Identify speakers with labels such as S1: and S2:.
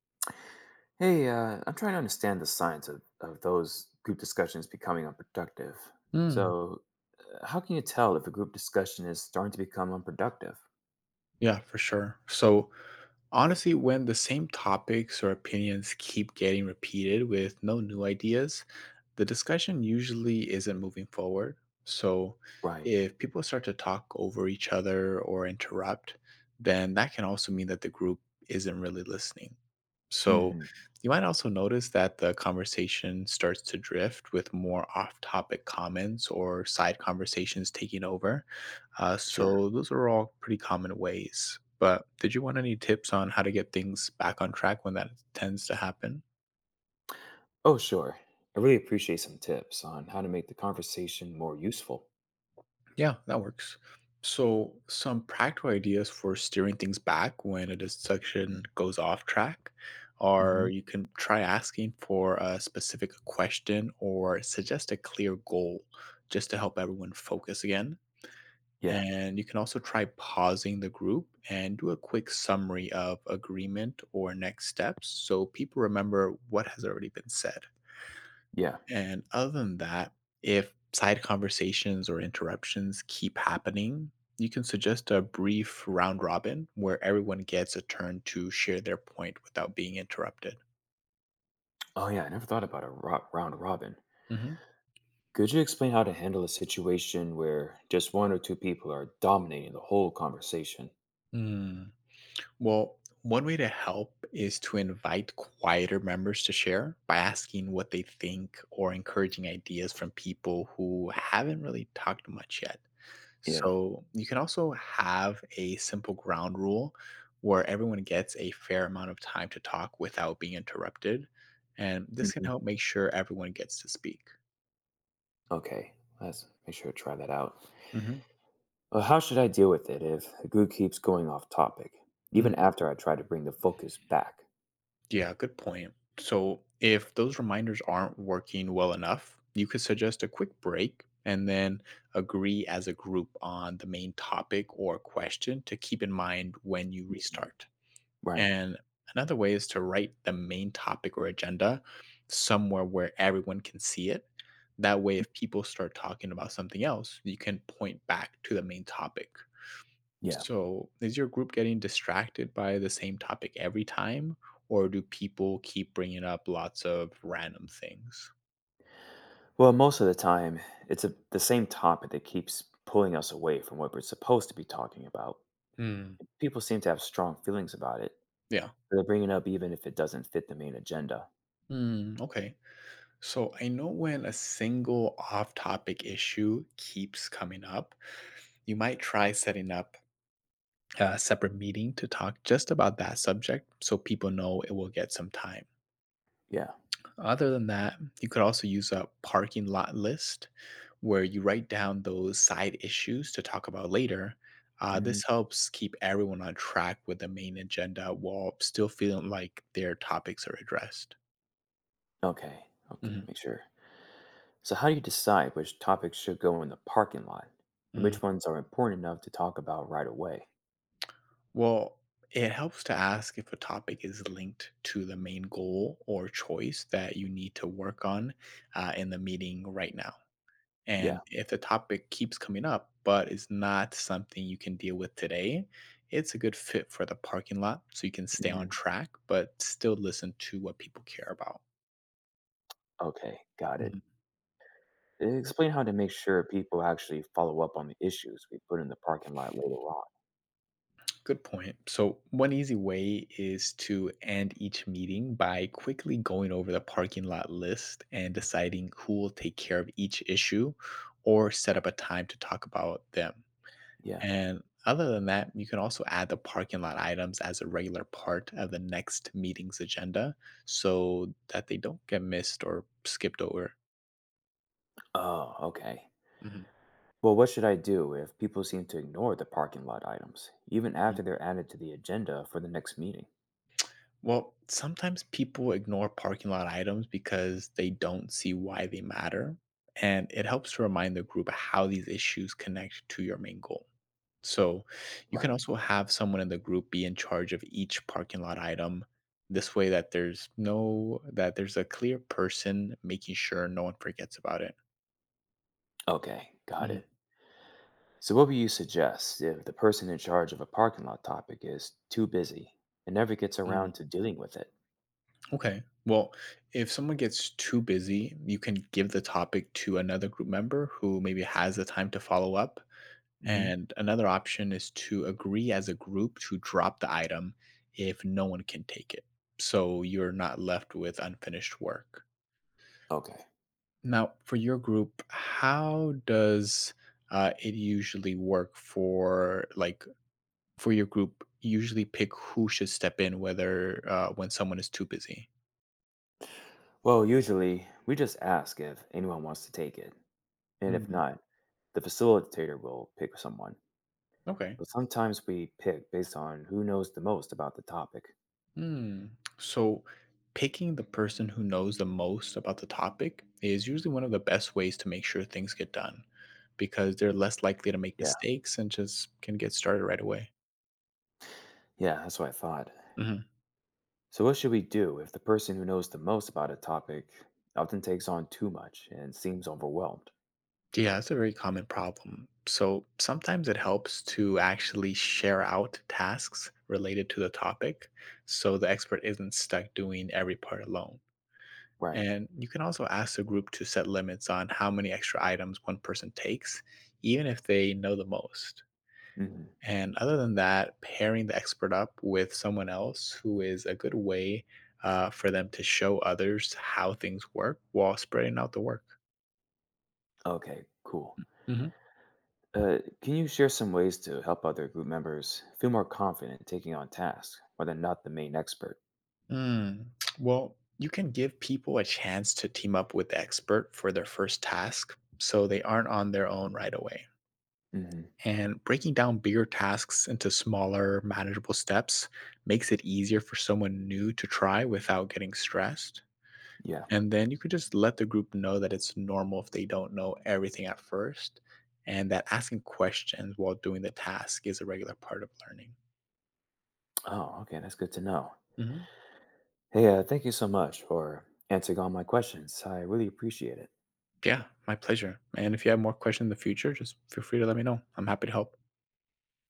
S1: Hey, I'm trying to understand the science of those group discussions becoming unproductive.
S2: Mm,
S1: So, how can you tell if a group discussion is starting to become unproductive?
S2: yeah, for sure. So, honestly, when the same topics or opinions keep getting repeated with no new ideas, the discussion usually isn't moving forward. So,
S1: Right.
S2: if people start to talk over each other or interrupt, then that can also mean that the group isn't really listening. So,
S1: Hmm.
S2: you might also notice that the conversation starts to drift with more off topic comments or side conversations taking over. Uh,
S1: Sure.
S2: so those are all pretty common ways. But did you want any tips on how to get things back on track when that tends to happen?
S1: Oh, sure. I really appreciate some tips on how to make the conversation more useful.
S2: Yeah, that works. So, some practical ideas for steering things back when a discussion goes off track are
S1: Hmm.
S2: you can try asking for a specific question or suggest a clear goal just to help everyone focus again.
S1: Yeah.
S2: And you can also try pausing the group and do a quick summary of agreement or next steps so people remember what has already been said.
S1: Yeah.
S2: And other than that, if side conversations or interruptions keep happening, you can suggest a brief round robin where everyone gets a turn to share their point without being interrupted.
S1: Oh, yeah. I never thought about a round robin. Could you explain how to handle a situation where just one or two people are dominating the whole conversation?
S2: Hmm. Well, one way to help is to invite quieter members to share by asking what they think or encouraging ideas from people who haven't really talked much yet.
S1: Yeah.
S2: So you can also have a simple ground rule where everyone gets a fair amount of time to talk without being interrupted. And this can
S1: Hmm.
S2: help make sure everyone gets to speak.
S1: Okay. Let's make sure to try that out.
S2: Mhm.
S1: How should I deal with it if the group keeps going off topic, even after I try to bring the focus back?
S2: Yeah, good point. So, if those reminders aren't working well enough, you could suggest a quick break and then agree as a group on the main topic or question to keep in mind when you
S1: Mhm.
S2: restart.
S1: Right.
S2: And another way is to write the main topic or agenda somewhere where everyone can see it. That way, if people start talking about something else, you can point back to the main topic.
S1: Yeah.
S2: So, is your group getting distracted by the same topic every time, or do people keep bringing up lots of random things?
S1: Well, most of the time, the same topic that keeps pulling us away from what we're supposed to be talking about.
S2: Hmm.
S1: People seem to have strong feelings about it.
S2: Yeah.
S1: They're bringing it up even if it doesn't fit the main agenda.
S2: Mm, okay. So I know when a single off topic issue keeps coming up, you might try setting up a separate meeting to talk just about that subject so people know it will get some time.
S1: Yeah.
S2: Other than that, you could also use a parking lot list where you write down those side issues to talk about later. Uh,
S1: Hmm.
S2: this helps keep everyone on track with the main agenda while still feeling like their topics are addressed.
S1: Okay. Okay.
S2: Mhm.
S1: Make sure. So, how do you decide which topics should go in the parking lot and
S2: Mm.
S1: which ones are important enough to talk about right away?
S2: Well, it helps to ask if a topic is linked to the main goal or choice that you need to work on in the meeting right now. And
S1: Yeah.
S2: if the topic keeps coming up, but it's not something you can deal with today, it's a good fit for the parking lot so you can stay on
S1: Hmm.
S2: track, but still listen to what people care about.
S1: Okay. Got it.
S2: Mhm.
S1: Explain how to make sure people actually follow up on the issues we put in the parking lot later on.
S2: Good point. So, one easy way is to end each meeting by quickly going over the parking lot list and deciding who will take care of each issue or set up a time to talk about them.
S1: Yeah.
S2: And other than that, you can also add the parking lot items as a regular part of the next meeting's agenda so that they don't get missed or skipped over.
S1: Oh, okay.
S2: Mhm.
S1: Well, what should I do if people seem to ignore the parking lot items, even after
S2: Mhm.
S1: they're added to the agenda for the next meeting?
S2: Well, sometimes people ignore parking lot items because they don't see why they matter. And it helps to remind the group how these issues connect to your main goal. So you can
S1: Right.
S2: also have someone in the group be in charge of each parking lot item. This way that there's no that there's a clear person making sure no one forgets about it.
S1: Okay, got
S2: Mhm.
S1: it. So, what would you suggest if the person in charge of a parking lot topic is too busy and never gets
S2: Mm.
S1: around to dealing with it?
S2: Okay. Well, if someone gets too busy, you can give the topic to another group member who maybe has the time to follow up.
S1: Hmm.
S2: And another option is to agree as a group to drop the item if no one can take it. So you're not left with unfinished work.
S1: Okay.
S2: Now, for your group, how does it usually work for like for your group? Usually, pick who should step in, whether when someone is too busy.
S1: Well, usually we just ask if anyone wants to take it. And if
S2: Mm,
S1: not, the facilitator will pick someone.
S2: okay.
S1: But sometimes we pick based on who knows the most about the topic.
S2: Hmm. So, picking the person who knows the most about the topic is usually one of the best ways to make sure things get done, because they're less likely to make
S1: Yeah.
S2: mistakes and just can get started right away.
S1: Yeah, that's what I thought.
S2: Mhm.
S1: So, what should we do if the person who knows the most about a topic often takes on too much and seems overwhelmed?
S2: Yeah, that's a very common problem. So sometimes it helps to actually share out tasks related to the topic so the expert isn't stuck doing every part alone.
S1: Right.
S2: And you can also ask the group to set limits on how many extra items one person takes, even if they know the most.
S1: Hmm.
S2: And other than that, pairing the expert up with someone else who is a good way for them to show others how things work while spreading out the work.
S1: Okay, cool.
S2: Mhm.
S1: Can you share some ways to help other group members feel more confident in taking on tasks where they're not the main expert?
S2: Mm. Well, you can give people a chance to team up with the expert for their first task so they aren't on their own right away.
S1: Hmm.
S2: And breaking down bigger tasks into smaller, manageable steps makes it easier for someone new to try without getting stressed.
S1: Yeah.
S2: And then you could just let the group know that it's normal if they don't know everything at first and that asking questions while doing the task is a regular part of learning.
S1: Oh, okay. That's good to know.
S2: Mhm.
S1: Hey, thank you so much for answering all my questions. I really appreciate it.
S2: Yeah, my pleasure. And if you have more questions in the future, just feel free to let me know. I'm happy to help.